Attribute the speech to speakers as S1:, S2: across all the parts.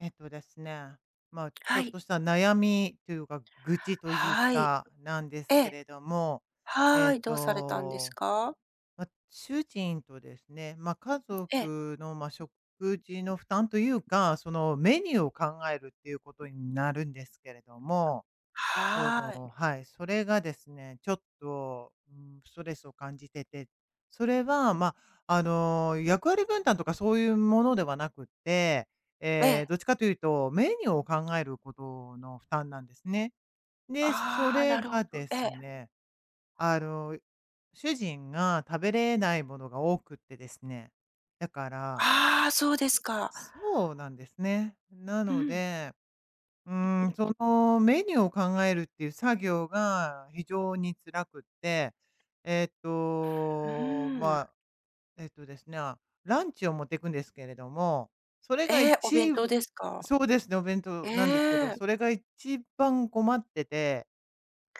S1: えっとですね、ちょ
S2: は
S1: っ
S2: い。
S1: とした悩みというか、愚痴という
S2: はい。
S1: か、なんで
S2: え
S1: すけ
S2: え。
S1: れども、え
S2: は
S1: っ
S2: い、どうされたんです
S1: と、
S2: か？
S1: 主人とですね、家
S2: ええ。
S1: 族の、食事の負担というか、そのメニューを考えるっていうことになるんですけれども
S2: はい。
S1: はい、それがですね、ちょっと、ストレスを感じてて、それは、役割分担とかそういうものではなくって、
S2: ええ。
S1: どっちかというと、メニューを考えることの負担なんですね。で、そ
S2: ああ、
S1: れ
S2: なる
S1: が
S2: ほど。
S1: で
S2: え
S1: す
S2: え。
S1: ね、あの、主人が食べれないものが多くってですね。だから
S2: ああ、そうですか。
S1: そうなんですね。な
S2: う
S1: の
S2: ん、う
S1: でそのメニューを考えるっていう作業が非常に辛くって、えーっと、
S2: ー
S1: ま
S2: ん。
S1: あ、ですね、ランチを持っていくんですけれども、それが
S2: ええ、お弁
S1: 一
S2: 当ですか？
S1: そうですね、お弁当
S2: え
S1: なんですけど、
S2: え、
S1: それが一番困ってて、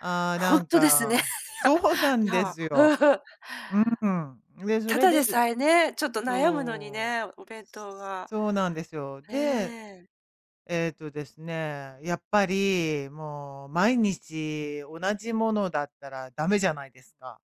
S2: ほんとですね。
S1: そうな
S2: い
S1: んで
S2: や、
S1: す
S2: うんう
S1: よ。
S2: ん。
S1: うん。で、そ
S2: た
S1: れ
S2: だで
S1: で
S2: さえね、ちょっと悩むのに
S1: そう。
S2: ね、お弁当は。
S1: そうなんですよ。
S2: え
S1: で
S2: え。
S1: えっとですね、やっぱり、もう毎日同じものだったらダメじゃないですか。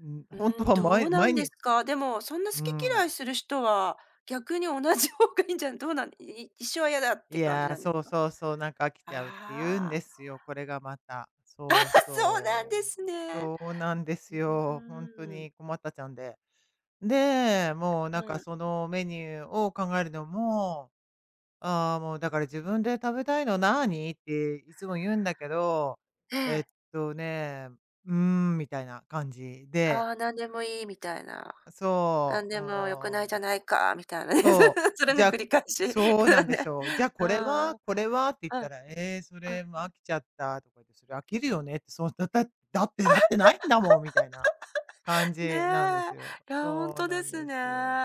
S1: うん、
S2: う
S1: 本
S2: ー
S1: 当
S2: ん、
S1: は
S2: ど
S1: 毎
S2: うな
S1: 毎
S2: んで
S1: に
S2: すか？でも、そんな好
S1: う
S2: き嫌
S1: ん。
S2: いする人は、逆に同じ方がいいんじゃどうなんいい一緒は嫌だって感じなんです
S1: そう
S2: か？
S1: そうそう、なんか飽きちゃうって言うん
S2: あ
S1: で
S2: あ、
S1: すよ、これがまた。そう
S2: そうなん
S1: そ
S2: です
S1: う。
S2: ね。
S1: そうなんです
S2: う
S1: よ。本当
S2: ーん、
S1: に困ったちゃんで。で、もうなん
S2: う
S1: か
S2: ん。
S1: そのメニューを考えるのもああ、もうだから自分で食べたいの何っていつも言うんだけど、
S2: え
S1: えっ
S2: え、
S1: とね、みたいな感じで、
S2: ああ、何でもいいみたいな、
S1: そ
S2: 何
S1: う、
S2: でも良く
S1: も
S2: ないじゃ
S1: う、
S2: ないかみたいなね、
S1: そ
S2: そ
S1: う、
S2: れ
S1: じ
S2: の
S1: ゃ
S2: 繰
S1: あ、
S2: り返し。
S1: そうなん です
S2: ね、
S1: よ。じゃあこ
S2: う
S1: れ
S2: ん、う
S1: は、
S2: ん、
S1: これはって言ったら、そ
S2: うん。
S1: れも飽きちゃったとか言って、それ飽きるよねって、そう、だって、だってないんだもんみたいな感
S2: ね
S1: じなんで
S2: え、
S1: すよ。
S2: いや、
S1: そう
S2: ほ
S1: な
S2: で
S1: ん
S2: す
S1: で
S2: ね。
S1: すよ。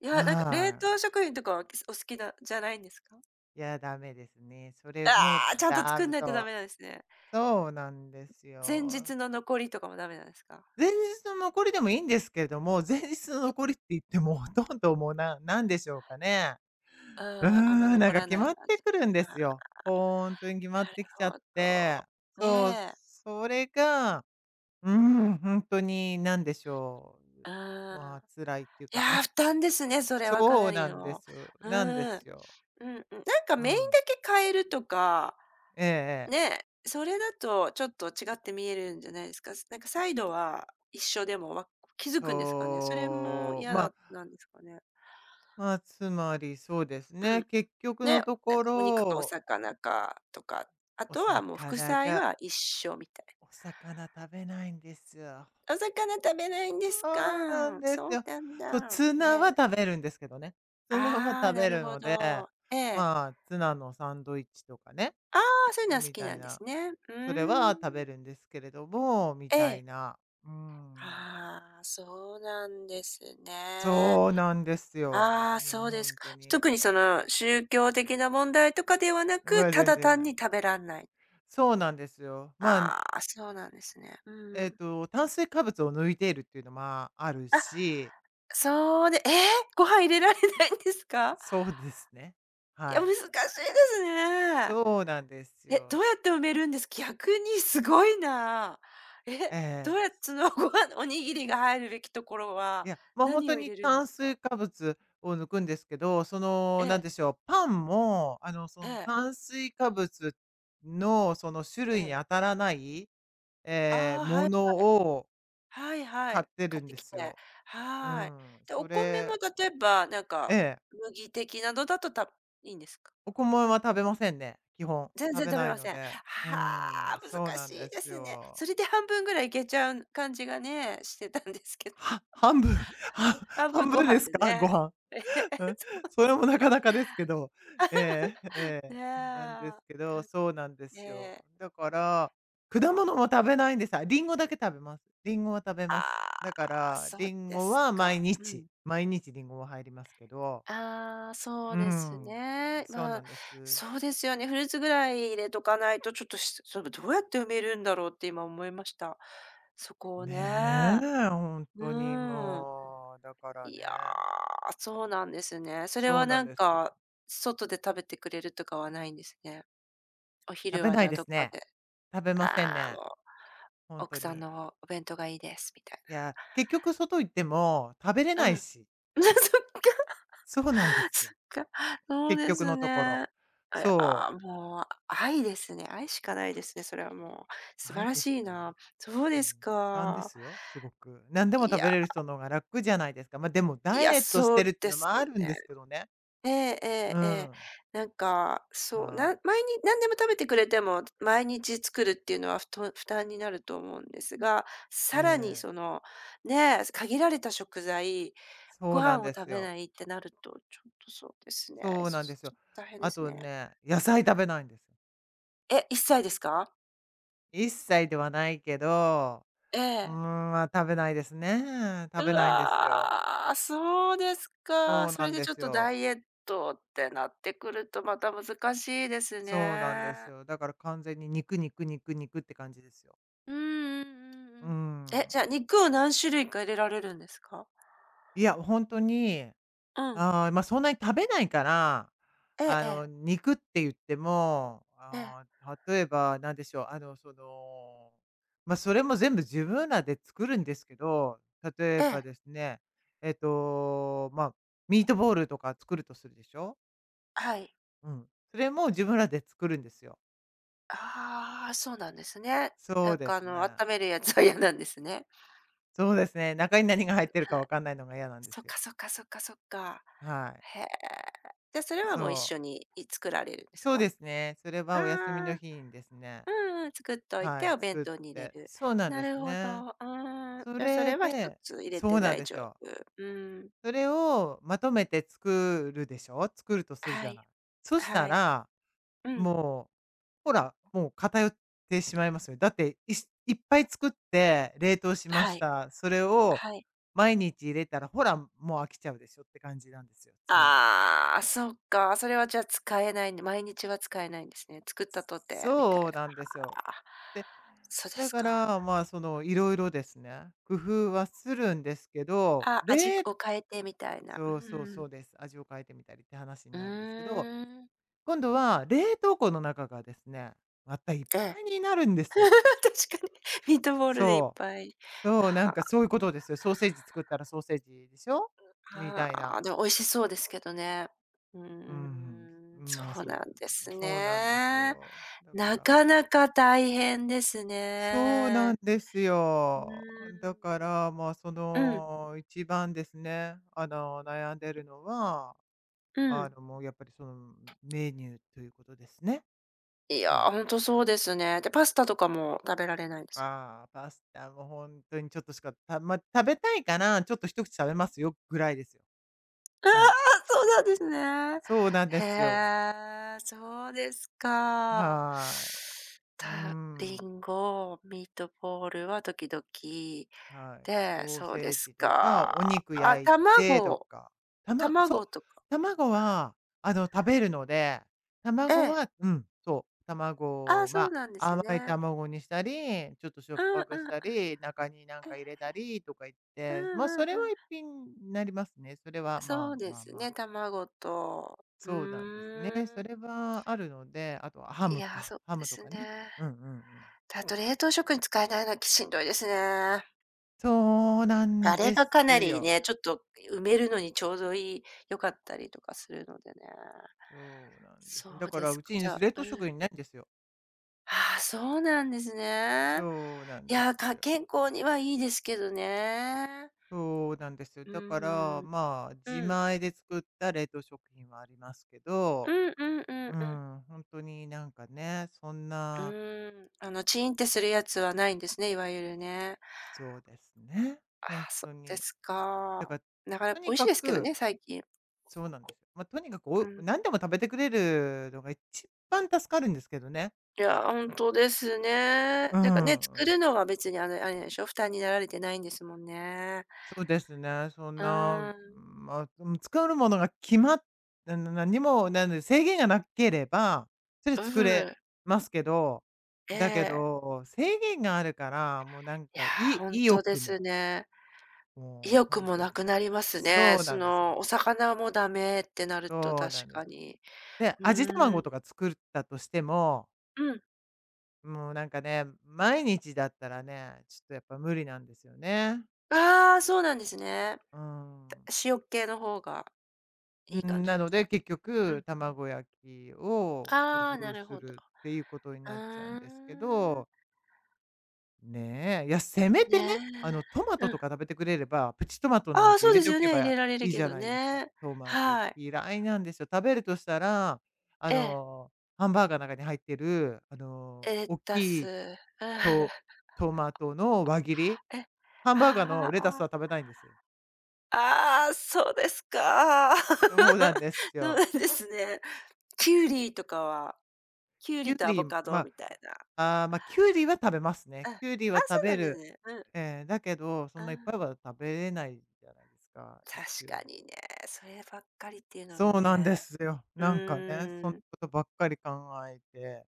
S2: いや、なんか冷
S1: は
S2: 凍食品とかは、お好きなじゃないんですか？
S1: い。いや、ダメですね。それも
S2: ああー、ちゃんと
S1: ダ
S2: 作ん
S1: メ、
S2: ないと
S1: そ
S2: ダ
S1: う。
S2: メなんですね。
S1: そうなんです
S2: 前
S1: よ。
S2: 日の残りとかもダメなんですか？
S1: 前日の残りでもいいんですけれども、前日の残りって言っても、ほとんどもうなんでしょうかね。
S2: う
S1: うー
S2: ん、あんま
S1: なん
S2: 残
S1: か
S2: ら
S1: 決
S2: ない
S1: まっ
S2: 感
S1: て
S2: じ。
S1: くるんですよ。ほんとに決ま
S2: な
S1: ってきちゃっ
S2: るほ
S1: て。
S2: ど。
S1: そう、
S2: ねえ。
S1: それが、ほんとに何でしょ
S2: う
S1: う、
S2: ん。
S1: 辛いっていう
S2: い
S1: か、あ
S2: や、負担ですね、それはか
S1: そ
S2: な
S1: う
S2: り
S1: なんで
S2: の。
S1: すよ
S2: う
S1: なんで
S2: ん。うん
S1: すよ。
S2: うん。なんか
S1: う
S2: メイン
S1: ん。
S2: だけ変えるとか、
S1: ええええ。
S2: ね、それだとちょっと違って見えるんじゃないですか。なんかサイドは一緒でもわ気づくんですかね。それも
S1: そう、
S2: 嫌
S1: ま
S2: だ
S1: あ
S2: なんですかね。
S1: まあ、つまりそうです
S2: う
S1: ね。
S2: ん。
S1: 結局
S2: ね、な
S1: の
S2: ん
S1: とこ
S2: かお肉かお
S1: ろ、
S2: 魚かとか、あ
S1: お
S2: とはもう
S1: 魚
S2: 副菜
S1: が、
S2: は一緒みたいな。
S1: お魚食べないんですよ。
S2: お魚食べないんです
S1: そうなん
S2: か。
S1: です
S2: そう
S1: よ。
S2: なん
S1: そう、
S2: だ。
S1: ツナは
S2: ね。
S1: 食べるんですけどね。ツナは
S2: ああ、
S1: 食
S2: な
S1: べ
S2: る
S1: る
S2: ほ
S1: ので、
S2: ど。ええ。
S1: ツナのサンドイッチとかね、
S2: ああ、そういうのは好
S1: み
S2: き
S1: た
S2: な
S1: い
S2: んで
S1: な。
S2: すね。う
S1: それ
S2: ー
S1: は
S2: ん。
S1: 食べるんですけれども、み
S2: え
S1: たい
S2: え。
S1: な。うん。
S2: ああ、そうなんですね。
S1: そうなんですよ。
S2: ああ、
S1: も
S2: そ
S1: う
S2: うです
S1: 本
S2: か。
S1: 当に。
S2: 特にその宗教的な問題とかではな
S1: ま
S2: く、
S1: あ、
S2: た
S1: 全
S2: だ
S1: 然
S2: 単
S1: な
S2: に
S1: い。
S2: 食べらんない。
S1: そうなんですよ。
S2: ああ、そうなんですね。うん。
S1: 炭水化物を抜いているっていうの、ある
S2: あ、
S1: し、
S2: そうでええ、ご飯入れられないんですか？
S1: そうですね。
S2: い
S1: は
S2: や、難
S1: い。
S2: しいですね。
S1: そうなんです
S2: え、
S1: よ。
S2: どうや
S1: す
S2: って埋めるんです？逆にすごいな。え、
S1: え
S2: どう
S1: え。
S2: やっそのご飯おにぎりが入るべきところ
S1: い
S2: は、
S1: や、本
S2: 何
S1: 当
S2: を入
S1: に
S2: れるんで
S1: 炭
S2: す
S1: 水
S2: か？
S1: 化物を抜くんですけど、その、
S2: え
S1: なん
S2: え、
S1: でしょう、パンも、
S2: ええ、
S1: 炭水化物の、その、種
S2: え
S1: 類に当
S2: え。
S1: たらない、ええ、
S2: ああ、
S1: も
S2: はい、
S1: のを
S2: はいは
S1: 買っ
S2: い。
S1: て
S2: 買
S1: る
S2: っ
S1: ん
S2: て
S1: で
S2: き
S1: す
S2: て、
S1: よ。う
S2: はい。
S1: ん、
S2: で、お
S1: そ
S2: 米も
S1: れ
S2: 例えば、なん
S1: え
S2: か、
S1: え。
S2: 麦的などだとたいいんですか？
S1: お米は食べませんね、基本。
S2: 全
S1: 食
S2: 然
S1: べ
S2: 食べ
S1: ない
S2: ま
S1: の
S2: せん。は
S1: で。うー
S2: あ、
S1: そう
S2: 難
S1: なん
S2: し
S1: で
S2: いで
S1: す
S2: すね。そ
S1: よ。
S2: れで半分ぐらいいけちゃう感じがね、してたんですけど。
S1: は半分、は
S2: 半分
S1: 半
S2: ご
S1: 分で
S2: 飯
S1: す
S2: で
S1: か？ご
S2: ね。
S1: 飯。
S2: ええ、
S1: うん、
S2: そう
S1: そ
S2: で
S1: れ
S2: す
S1: もな
S2: ね。
S1: かなかですけど。ええ、え
S2: ね
S1: なんです
S2: え、
S1: けど、
S2: た
S1: そうなんで
S2: え
S1: すよ。
S2: え、
S1: だから、果物も食べないんです。あ、リンゴだけ食べます。リンゴは食べ
S2: あ
S1: ます。だか
S2: あ、
S1: ら、
S2: そう
S1: リン
S2: で
S1: ゴ
S2: す
S1: は毎
S2: か。う
S1: 日、
S2: ん。
S1: 毎日リンゴは入りますけど。
S2: ああ、そ
S1: う
S2: う
S1: ー
S2: です
S1: ん、
S2: ね。
S1: そう
S2: ま
S1: な
S2: あ、
S1: んです。
S2: そうですよね。フルーツぐらい入れとかないと、ちょっとしそれどうやって埋めるんだろうって今思いました。そこを
S1: ね
S2: ね。
S1: え、本当
S2: う
S1: に
S2: ん。
S1: もう、だから
S2: い
S1: ね、
S2: や、そうなんですね。それ
S1: そ
S2: は
S1: うなん
S2: なん
S1: ですよ。
S2: か、外で食べてくれるとかはないんですね。お
S1: 食
S2: 昼
S1: べ
S2: は
S1: な
S2: じ
S1: い
S2: ゃあ
S1: で
S2: どっ
S1: す
S2: か
S1: ね。
S2: で、
S1: 食べません
S2: ああ、も
S1: ね、
S2: う
S1: 本
S2: 奥
S1: 当
S2: さん
S1: に。
S2: のお弁当がいいですみたい
S1: い
S2: な。
S1: や、結局外行っても食べれ
S2: う
S1: ない
S2: ん。
S1: し、そうなんで す
S2: そ
S1: よ、
S2: っか、そう
S1: 結
S2: で
S1: 局
S2: す
S1: のところ。
S2: ね。あ、いや
S1: そ
S2: ー、もう愛ですね。愛しかないですね、それはもう。
S1: う、
S2: 素
S1: な
S2: 晴
S1: い
S2: ら
S1: です
S2: しい
S1: か？
S2: な。そう
S1: う
S2: で
S1: ん、
S2: す
S1: 負担で
S2: か。
S1: すよ、すごく。何でも
S2: い
S1: 食べ
S2: や、
S1: れる人の方が楽じゃないですか。ま、でも
S2: い
S1: ダイ
S2: や、
S1: エットし
S2: そ
S1: て
S2: う
S1: るっていう
S2: で
S1: のも
S2: す
S1: あるんで
S2: ね。
S1: すけどね。
S2: えええ
S1: う
S2: ええ。
S1: ん、
S2: なんか、そう、な
S1: はい、
S2: 毎日何でも食べてくれても、毎日作るっていうのはふと負担になると思うんですが、
S1: え
S2: さらに
S1: え、
S2: その、ねえ、限られた食材、
S1: そ
S2: ご
S1: うなん
S2: 飯を
S1: で
S2: 食
S1: す
S2: べ
S1: よ。
S2: ないってなると、ちょっとそうですね、
S1: そう
S2: そ
S1: なんですよ。
S2: そ大変で
S1: あ
S2: す
S1: と
S2: ね。
S1: ね、野菜食べないんですよ。
S2: え、1歳ですか？
S1: 一切ではないけど、
S2: え
S1: うーん、
S2: え。
S1: 食べないですね。食
S2: う
S1: べないんですよ。
S2: わ、そうです
S1: そ
S2: か。
S1: う
S2: そ
S1: な
S2: れ
S1: ん
S2: で
S1: で
S2: ちょっ
S1: す
S2: とダ
S1: よ。
S2: イエットってなってくるとまた難しいです
S1: そうなんです
S2: ね。
S1: よ。だから完全に肉肉肉肉って感じですよ。
S2: うんうんうん
S1: うー
S2: うん。え、
S1: ん。
S2: じゃあ肉を何種類か入れられるんですか？
S1: いや、本当に
S2: うん。
S1: そんなに食べないから、
S2: ええええ、
S1: 肉って言っても、
S2: ええ、
S1: 例えばなんでしょう、それも全部自分らで作るんですけど、例え
S2: え
S1: ば
S2: え、
S1: ですね、えっと、まあ、ミートボールとか作るとするでしょ？
S2: はい。
S1: うん。それも自分らで作るんですよ。
S2: ああ、そうなんですね。
S1: そ
S2: な
S1: う
S2: ん
S1: で
S2: かあ
S1: す
S2: の、あっ
S1: ね。
S2: ためるやつは嫌なんですね。
S1: そうですね、中に何が入ってる
S2: は
S1: か
S2: い。
S1: わかんないのが嫌なんで
S2: そ
S1: す
S2: っ
S1: よ。
S2: かそっかそっかそっか。
S1: はい。
S2: へえ。じゃ、それは
S1: そ
S2: もう一
S1: う。
S2: 緒にい作られるんです
S1: そう
S2: か？
S1: ですね、それ
S2: あ
S1: はお休みの
S2: あ。
S1: 日にですね
S2: うんうん、作っとい
S1: は
S2: て
S1: い、
S2: お弁
S1: 作っ
S2: 当に入れ
S1: て。
S2: る。
S1: そうなん
S2: な
S1: です
S2: るほ
S1: ね。
S2: ど。うん。
S1: そ
S2: じゃあそ
S1: れ
S2: れは一
S1: で
S2: つ入れ
S1: そう
S2: て
S1: なん
S2: 大
S1: です
S2: 丈
S1: よ。
S2: 夫。うん。
S1: それをまとめて作るでしょ。作るとするじ
S2: は
S1: ゃ
S2: い、
S1: ない。そした
S2: はい。
S1: ら、
S2: うん。
S1: もう、ほら、もう偏ってしまいますよ。だって、しいっぱい作って冷凍しま
S2: は
S1: し
S2: い、
S1: た。それを
S2: はい。
S1: 毎日入れたら、ほら、もう飽きちゃうでしょって感じなんですよ、つまり。
S2: ああ、そっか。それはじゃあ使えないんで、毎日は使えないんですね。作ったとてみたい
S1: そう
S2: な。
S1: なんですよ。
S2: ああ、
S1: で、
S2: そうで
S1: だ
S2: す
S1: か
S2: か。
S1: ら、いろいろですね、工夫はするんですけど、
S2: あ、味を変えてみたいな。う
S1: そうそうそ
S2: ん。
S1: うです。味を変えてみたりって話に
S2: う
S1: なるんですけど、
S2: ーん。
S1: 今度は冷凍庫の中がですね、またいっ
S2: え
S1: ぱ
S2: え。
S1: いになるんですよ。
S2: 確かにミートボールでいっ
S1: そう。
S2: ぱい。
S1: そう、なん
S2: は
S1: かそういうことですよ。ソーセージ作ったらソーセージでしょみ
S2: あ
S1: たいな。
S2: あ、でも美味しそうですけどね。うー
S1: うん。
S2: ん、そ
S1: まあ
S2: う
S1: そ
S2: な
S1: う、
S2: んです
S1: そうなんです
S2: ね。
S1: よ。だか
S2: な
S1: ら、
S2: かなか大変です
S1: そうなん
S2: ね。
S1: です
S2: う
S1: よ。
S2: ー
S1: だから、まあそ
S2: ん。うん、
S1: の一番ですね、悩んでるのは、
S2: うん。
S1: もうやっぱりそのメニューということですね。
S2: い
S1: つ
S2: や、
S1: まり。
S2: ほんとそうですね。で、パスタとかも食べられないんです
S1: ああ、パスタも本当にちょっとしか、食べたいから、ちょっと一口食べますよぐらいですよ。
S2: あ
S1: つまり。
S2: あ、そうなんですね。
S1: そうなんで
S2: へ
S1: すよ。
S2: え、そうですか。
S1: はい。う
S2: たリ
S1: ん。
S2: ンゴミートボールは時々
S1: はい。
S2: で、
S1: ソー
S2: そう
S1: セ
S2: で
S1: ー
S2: す
S1: ジとか、
S2: か。
S1: お肉
S2: あ、
S1: 焼いてと
S2: 卵
S1: か。たまそう、
S2: 卵とか
S1: 卵は、食べるので、
S2: え
S1: 卵
S2: え。
S1: はうん、そう、卵、
S2: あそうなんです
S1: 甘い
S2: ね。
S1: 卵にしたり、ちょっとしょっ
S2: うん
S1: ぱく
S2: う
S1: し
S2: んう
S1: た
S2: ん。
S1: り、中になん
S2: え
S1: か入
S2: え。
S1: れたりとか言っ
S2: うん
S1: て、
S2: う
S1: そ
S2: ん
S1: れ
S2: う
S1: は
S2: ん。
S1: 一品になりますね。それは、ま
S2: そ
S1: あ
S2: うで
S1: まあ
S2: す
S1: まあ。
S2: ね、卵と。う
S1: そうなんですね。
S2: ー
S1: そ
S2: ん。
S1: れはあるので、あとはハ
S2: い
S1: ム
S2: や、
S1: か、
S2: そう
S1: ハ
S2: で
S1: ムと
S2: す
S1: かね。
S2: ね。
S1: うんうんうん。
S2: あと冷凍食品使えないのはきしんどいですね。
S1: そうな
S2: あ
S1: ん
S2: れ
S1: で
S2: がか
S1: す
S2: なり
S1: よ。
S2: ね、ちょっと埋めるのにちょうどいい良かったりとかするのでね。
S1: そうなんです
S2: そ
S1: ね。だ
S2: う
S1: か
S2: で
S1: ら
S2: す
S1: う
S2: か、
S1: ち
S2: じ
S1: に
S2: ゃあ
S1: 冷
S2: う
S1: 凍食
S2: ん。
S1: 品ないんですよ。
S2: ああ、そうなんですね。
S1: そうなん
S2: い
S1: で
S2: や、
S1: す
S2: か
S1: よ。
S2: 健康にはいいですけどね。
S1: そうなんですよ。
S2: う
S1: だから、
S2: んうん。
S1: 自
S2: うん。
S1: 前で作った冷凍食品はありますけ
S2: う
S1: ど、
S2: んうんうんう
S1: う
S2: ん。
S1: ん、本当になんかね、そん
S2: う
S1: な、
S2: ーん。あの、チーンってするやつはないんですね、いわゆるね。
S1: そうですね。
S2: ああ、
S1: 本
S2: そ
S1: 当
S2: うで
S1: に。
S2: す
S1: だか
S2: か。
S1: ら、
S2: なかな
S1: と
S2: か
S1: に
S2: 美味し
S1: か
S2: いですけど
S1: く
S2: ね、最近。
S1: そうなんですよ。とにかく
S2: う
S1: お
S2: ん。
S1: 何でも食べてくれるのが一番助かるんですけどね。
S2: いや、ほんとですね。
S1: う
S2: なんかね、
S1: ん、う
S2: 作
S1: ん。
S2: るのは別にあの、あれなんでしょ、負担になられてないんですもんね。
S1: そうですね、そん
S2: う
S1: な、う
S2: ー
S1: ん
S2: ん。
S1: うん、作るものが決まっ何も、なんで制限がなければ、それ
S2: う
S1: 作れ
S2: ん。
S1: ますけど、
S2: え
S1: だけ
S2: え。
S1: ど、制限があるから、もうなん
S2: いや、ほん
S1: 意
S2: とで
S1: 欲も、
S2: すね。意
S1: もう
S2: 欲
S1: 本
S2: も
S1: 当に。
S2: なくなりますね。
S1: そう
S2: そ
S1: なんですよ。
S2: の、お魚もダメってなると
S1: そう
S2: 確
S1: なんで
S2: か
S1: す。
S2: に。
S1: で、
S2: う
S1: 味
S2: ー
S1: 玉
S2: ん。
S1: とか作ったとしても
S2: うん。
S1: もうなんかね、毎日だったらね、ちょっとやっぱ無理なんですよね。
S2: ああ、そうなんですね。
S1: うん。
S2: 塩っ気の方が
S1: う
S2: いい感
S1: ん、
S2: じな
S1: な
S2: んで
S1: の
S2: すか。
S1: で、結
S2: うん。
S1: 局、卵焼きを工
S2: ああ、な
S1: 夫
S2: る
S1: す
S2: ほど。
S1: るっていうことに
S2: う
S1: なっちゃうんですけ
S2: ーん。
S1: ど、ねえ、いや、せめてね、
S2: ね
S1: トマ
S2: え。
S1: ト
S2: う
S1: と
S2: ん。
S1: か食べてくれれば、プチトマトな
S2: あ
S1: ん
S2: あ、
S1: て
S2: そ
S1: 入
S2: う
S1: れ
S2: で
S1: て
S2: す
S1: お
S2: よ
S1: け
S2: ね、入
S1: ば
S2: れられる
S1: いいじ
S2: け
S1: ゃ
S2: ど
S1: ないですか。
S2: ね。
S1: トマト
S2: はい。
S1: 嫌いなんですよ。食べるとしたら、あ
S2: ええ。
S1: の、ハンバーガーの中に入ってる、
S2: え、レ
S1: 大き
S2: タス。う
S1: い
S2: ん。
S1: と トマトの輪切り
S2: え、
S1: ハンバーガー
S2: あ
S1: のレタ
S2: あ、
S1: ス
S2: あ
S1: は食べないんですよ。
S2: ああ、そうですか。
S1: そうなんです
S2: そうな
S1: よ。
S2: んですね。キュウリとかはキュウ
S1: キ
S2: リ
S1: ュウ
S2: とア
S1: リ、
S2: ボカド
S1: ま、
S2: みたいな。
S1: ああ、キュウリは食べますね。
S2: うん。あ、
S1: キュウリは食
S2: そう
S1: べ
S2: なんです
S1: る。
S2: ね。うん、
S1: だけど、そ
S2: う
S1: んないっ
S2: ん。
S1: ぱいは食べれないじゃないですか、
S2: 確
S1: 一
S2: か
S1: 応。
S2: にね、そればっかりっていうのも
S1: そうなんで
S2: ね。
S1: すよ。
S2: う
S1: なんかね、そんなこ
S2: ーん。
S1: とばっかり考えて、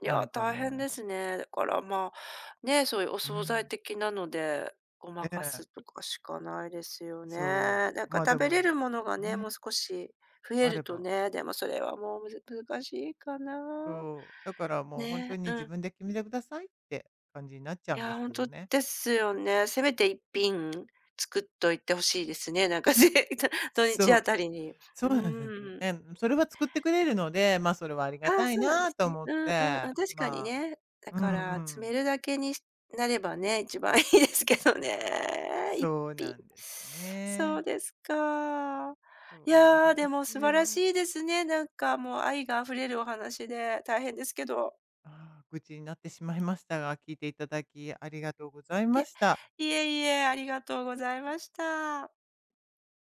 S2: い
S1: な
S2: や、
S1: んか
S2: 大変
S1: ね、
S2: ですね。だからまあ、ね、そういうお
S1: う
S2: 惣菜
S1: ん、
S2: 的なので、ごま
S1: え
S2: かす
S1: え、
S2: とかしかないですよね。
S1: そ
S2: なん
S1: う、
S2: か
S1: ま、あで
S2: 食べれる
S1: も、
S2: ものがね、もう
S1: ね、
S2: 少し増え
S1: あ
S2: る
S1: れ
S2: と
S1: ば、
S2: ね、でもそれはもうむず難しいかな。
S1: そう、だからもう本当
S2: ね、
S1: に
S2: う
S1: 自
S2: ん。
S1: 分で決めてくださいって感じになっちゃ
S2: い
S1: うんで
S2: や、
S1: す
S2: ほ
S1: け
S2: ん
S1: ど
S2: と
S1: ね。
S2: ですよね。せめて一品作っといてほしいですね。なんかぜ 土
S1: そ
S2: 日あ
S1: う。
S2: たりに。う
S1: そうなんです。
S2: ーん。
S1: ね、それは作ってくれるので、それはありが
S2: ああ、
S1: たい
S2: そうなんで
S1: な
S2: す
S1: と
S2: ね。
S1: 思っ
S2: うんうんう
S1: て、
S2: ん、確かにね。だ
S1: うん
S2: か
S1: う
S2: ら、詰め
S1: ん。
S2: るだけにしなればね、一番いいですけどね。一
S1: そう
S2: 品。
S1: なんです
S2: そう
S1: ね。
S2: ですか。
S1: そ
S2: い
S1: うなん
S2: やー、
S1: で
S2: で
S1: す
S2: も素晴ら
S1: よ。
S2: しいですね。なんかもう愛が溢れるお話で、大変ですけど。
S1: ああ、愚痴になってしまいましたが、聞いていただきありがとうござい
S2: い
S1: ま
S2: え、
S1: した。
S2: いえ、ありがとうございました。